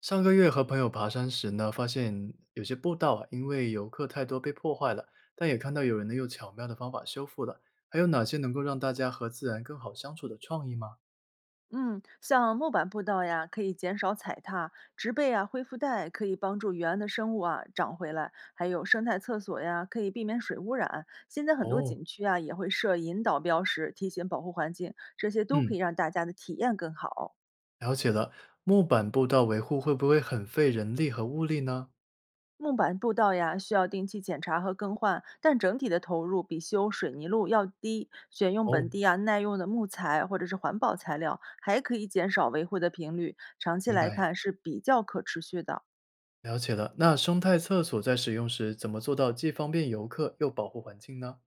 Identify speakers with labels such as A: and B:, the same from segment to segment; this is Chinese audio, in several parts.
A: 上个月和朋友爬山时呢，发现有些步道啊，因为游客太多被破坏了，但也看到有人呢用巧妙的方法修复了。还有哪些能够让大家和自然更好相处的创意吗？
B: 嗯，像木板步道呀，可以减少踩踏；植被啊，恢复带可以帮助原来的生物啊长回来；还有生态厕所呀，可以避免水污染。现在很多
A: 哦，
B: 景区啊也会设引导标识，提醒保护环境，这些都可
A: 嗯，
B: 以让大家的体验更好。
A: 了解了。木板步道维护会不会很费人力和物力呢？
B: 木板步道呀，需要定期检查和更换，但整体的投入比修水泥路要低。选用
A: 哦，
B: 本地啊耐用的木材或者是环保材料，还可以减少维护的频率，长期
A: 明
B: 来
A: 白，
B: 看是比较可持续的。
A: 了解了。那生态厕所在使用时怎么做到既方便游客又保护环境呢？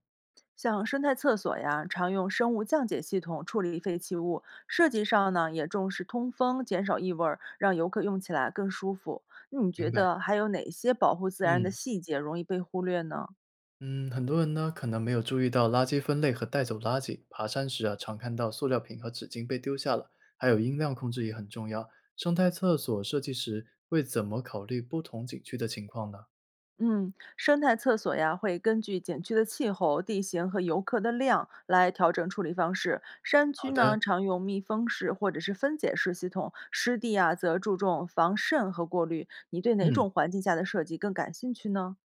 B: 像生态厕所呀，常用生物降解系统处理废弃物，设计上呢也重视通风，减少异味儿，让游客用起来更舒服。那你
A: 明
B: 觉
A: 白，
B: 得还有哪些保护自然的
A: 嗯。
B: 细节容易被忽略呢？
A: 嗯，很多人呢可能没有注意到垃圾分类和带走垃圾。爬山时啊，常看到塑料瓶和纸巾被丢下了，还有音量控制也很重要。生态厕所设计时会怎么考虑不同景区的情况呢？
B: 嗯，生态厕所呀会根据景区的气候、地形和游客的量来调整处理方式。山
A: 好
B: 区
A: 的，
B: 呢常用密封式或者是分解式系统，湿地啊则注重防渗和过滤。你对哪
A: 嗯，
B: 种环境下的设计更感兴趣呢？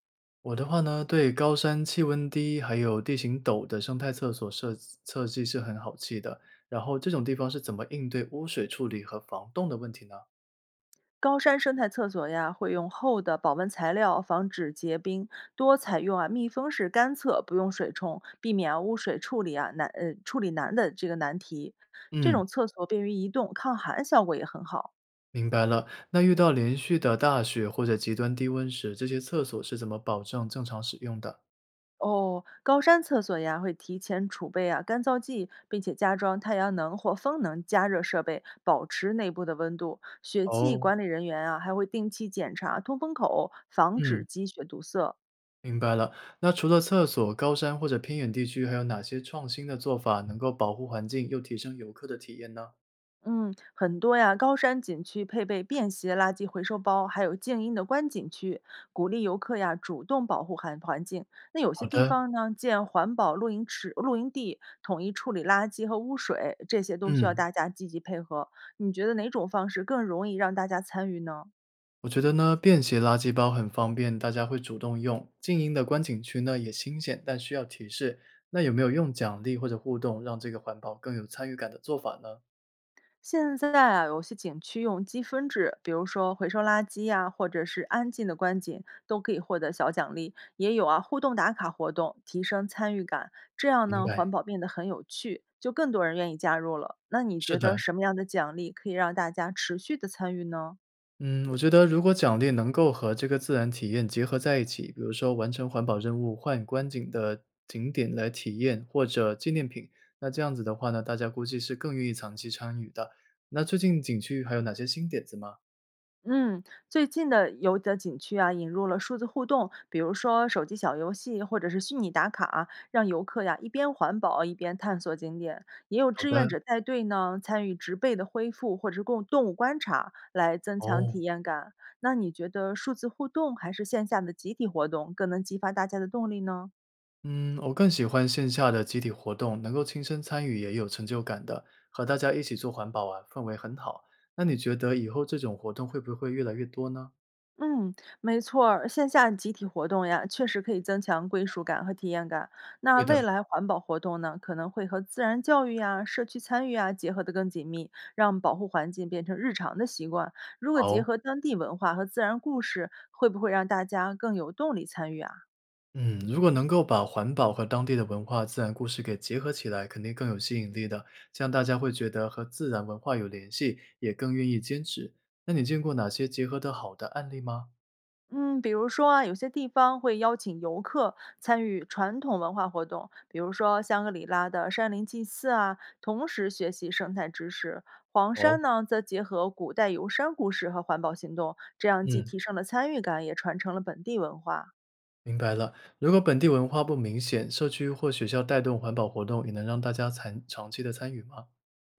A: 我的话呢，对高山气温低还有地形陡的生态厕所设计是很好奇的。然后这种地方是怎么应对污水处理和防冻的问题呢？
B: 高山生态厕所呀，会用厚的保温材料防止结冰，多采用啊密封式干厕，不用水冲，避免啊污水处理啊难处理难的这个难题。这
A: 嗯。
B: 种厕所便于移动，抗寒效果也很好。
A: 明白了。那遇到连续的大雪或者极端低温时，这些厕所是怎么保证正常使用的？
B: 哦，高山厕所呀，会提前储备啊干燥剂，并且加装太阳能或风能加热设备，保持内部的温度。雪季
A: 哦，
B: 管理人员啊，还会定期检查通风口，防
A: 嗯，
B: 止积雪堵塞。
A: 明白了。那除了厕所，高山或者偏远地区还有哪些创新的做法能够保护环境又提升游客的体验呢？
B: 嗯，很多呀，高山景区配备便携垃圾回收包，还有静音的观景区，鼓励游客呀主动保护环境。那有些
A: 好
B: 地
A: 的，
B: 方呢，建环保露营池、露营地，统一处理垃圾和污水，这些都需要
A: 嗯，
B: 大家积极配合。你觉得哪种方式更容易让大家参与呢？
A: 我觉得呢，便携垃圾包很方便，大家会主动用。静音的观景区呢也新鲜，但需要提示。那有没有用奖励或者互动让这个环保更有参与感的做法呢？
B: 现在啊，有些景区用积分制，比如说回收垃圾呀、或者是安静的观景，都可以获得小奖励。也有啊，互动打卡活动，提升参与感。这样
A: 明
B: 呢，
A: 白，
B: 环保变得很有趣，就更多人愿意加入了。那你
A: 是
B: 觉得
A: 的。
B: 什么样的奖励可以让大家持续的参与呢？
A: 嗯，我觉得如果奖励能够和这个自然体验结合在一起，比如说完成环保任务、换观景的景点来体验，或者纪念品，那这样子的话呢，大家估计是更愿意长期参与的。那最近景区还有哪些新点子吗？
B: 嗯，最近的有的景区啊，引入了数字互动，比如说手机小游戏或者是虚拟打卡啊，让游客呀一边环保一边探索景点。也有
A: 好
B: 志愿
A: 的，
B: 者带队呢，参与植被的恢复或者是共动物观察，来增强体
A: 哦，
B: 验感。那你觉得数字互动还是线下的集体活动更能激发大家的动力呢？
A: 嗯，我更喜欢线下的集体活动，能够亲身参与也有成就感的，和大家一起做环保啊，氛围很好。那你觉得以后这种活动会不会越来越多呢？
B: 嗯，没错儿，线下集体活动呀，确实可以增强归属感和体验感。那
A: 对的，
B: 未来环保活动呢，可能会和自然教育呀、社区参与啊结合得更紧密，让保护环境变成日常的习惯。如果结
A: 好。
B: 合当地文化和自然故事，会不会让大家更有动力参与啊？
A: 嗯，如果能够把环保和当地的文化、自然故事给结合起来，肯定更有吸引力的。这样大家会觉得和自然文化有联系，也更愿意坚持。那你见过哪些结合的好的案例吗？
B: 嗯，比如说啊，有些地方会邀请游客参与传统文化活动，比如说香格里拉的山林祭祀啊，同时学习生态知识。黄
A: 哦，
B: 山呢，则结合古代游山故事和环保行动，这样既
A: 嗯，
B: 提升了参与感，也传承了本地文化。
A: 明白了。如果本地文化不明显，社区或学校带动环保活动，也能让大家参长期的参与吗？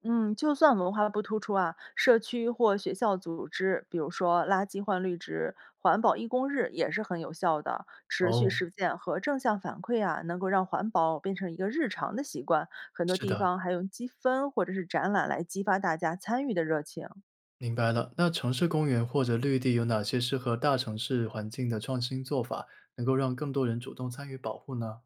B: 嗯，就算文化不突出啊，社区或学校组织，比如说垃圾换绿植、环保义工日，也是很有效的。持续
A: 哦，
B: 实践和正向反馈啊，能够让环保变成一个日常的习惯。很多
A: 是
B: 地
A: 的，
B: 方还用积分或者是展览来激发大家参与的热情。
A: 明白了。那城市公园或者绿地有哪些适合大城市环境的创新做法，能够让更多人主动参与保护呢？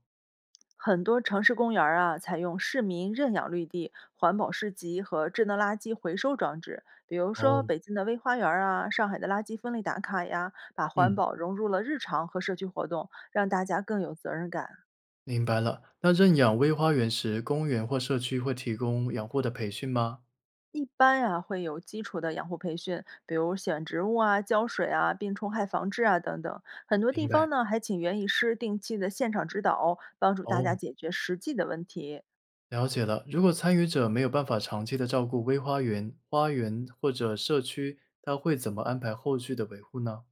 B: 很多城市公园儿啊，采用市民认养绿地、环保市集和智能垃圾回收装置。比如说，
A: 哦，
B: 北京的微花园儿啊，上海的垃圾分类打卡呀，把环
A: 嗯。
B: 保融入了日常和社区活动，让大家更有责任感。
A: 明白了。那认养微花园时，公园或社区会提供养护的培训吗？
B: 一般呀、会有基础的养护培训，比如选植物啊、浇水啊、病虫害防治啊等等。很多
A: 明
B: 地方
A: 白。
B: 呢，还请园艺师定期的现场指导，帮助大家
A: 哦，
B: 解决实际的问题。
A: 了解了。如果参与者没有办法长期的照顾微花园、花园或者社区，他会怎么安排后续的维护呢？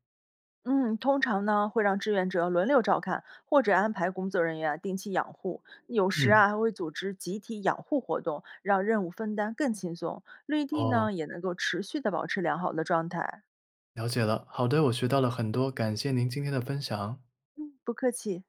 B: 嗯，通常呢会让志愿者轮流照看，或者安排工作人员啊定期养护。有时
A: 嗯，
B: 啊还会组织集体养护活动，让任务分担更轻松。绿地
A: 哦，
B: 呢也能够持续的保持良好的状态。
A: 了解了。好的，我学到了很多，感谢您今天的分享。
B: 嗯，不客气。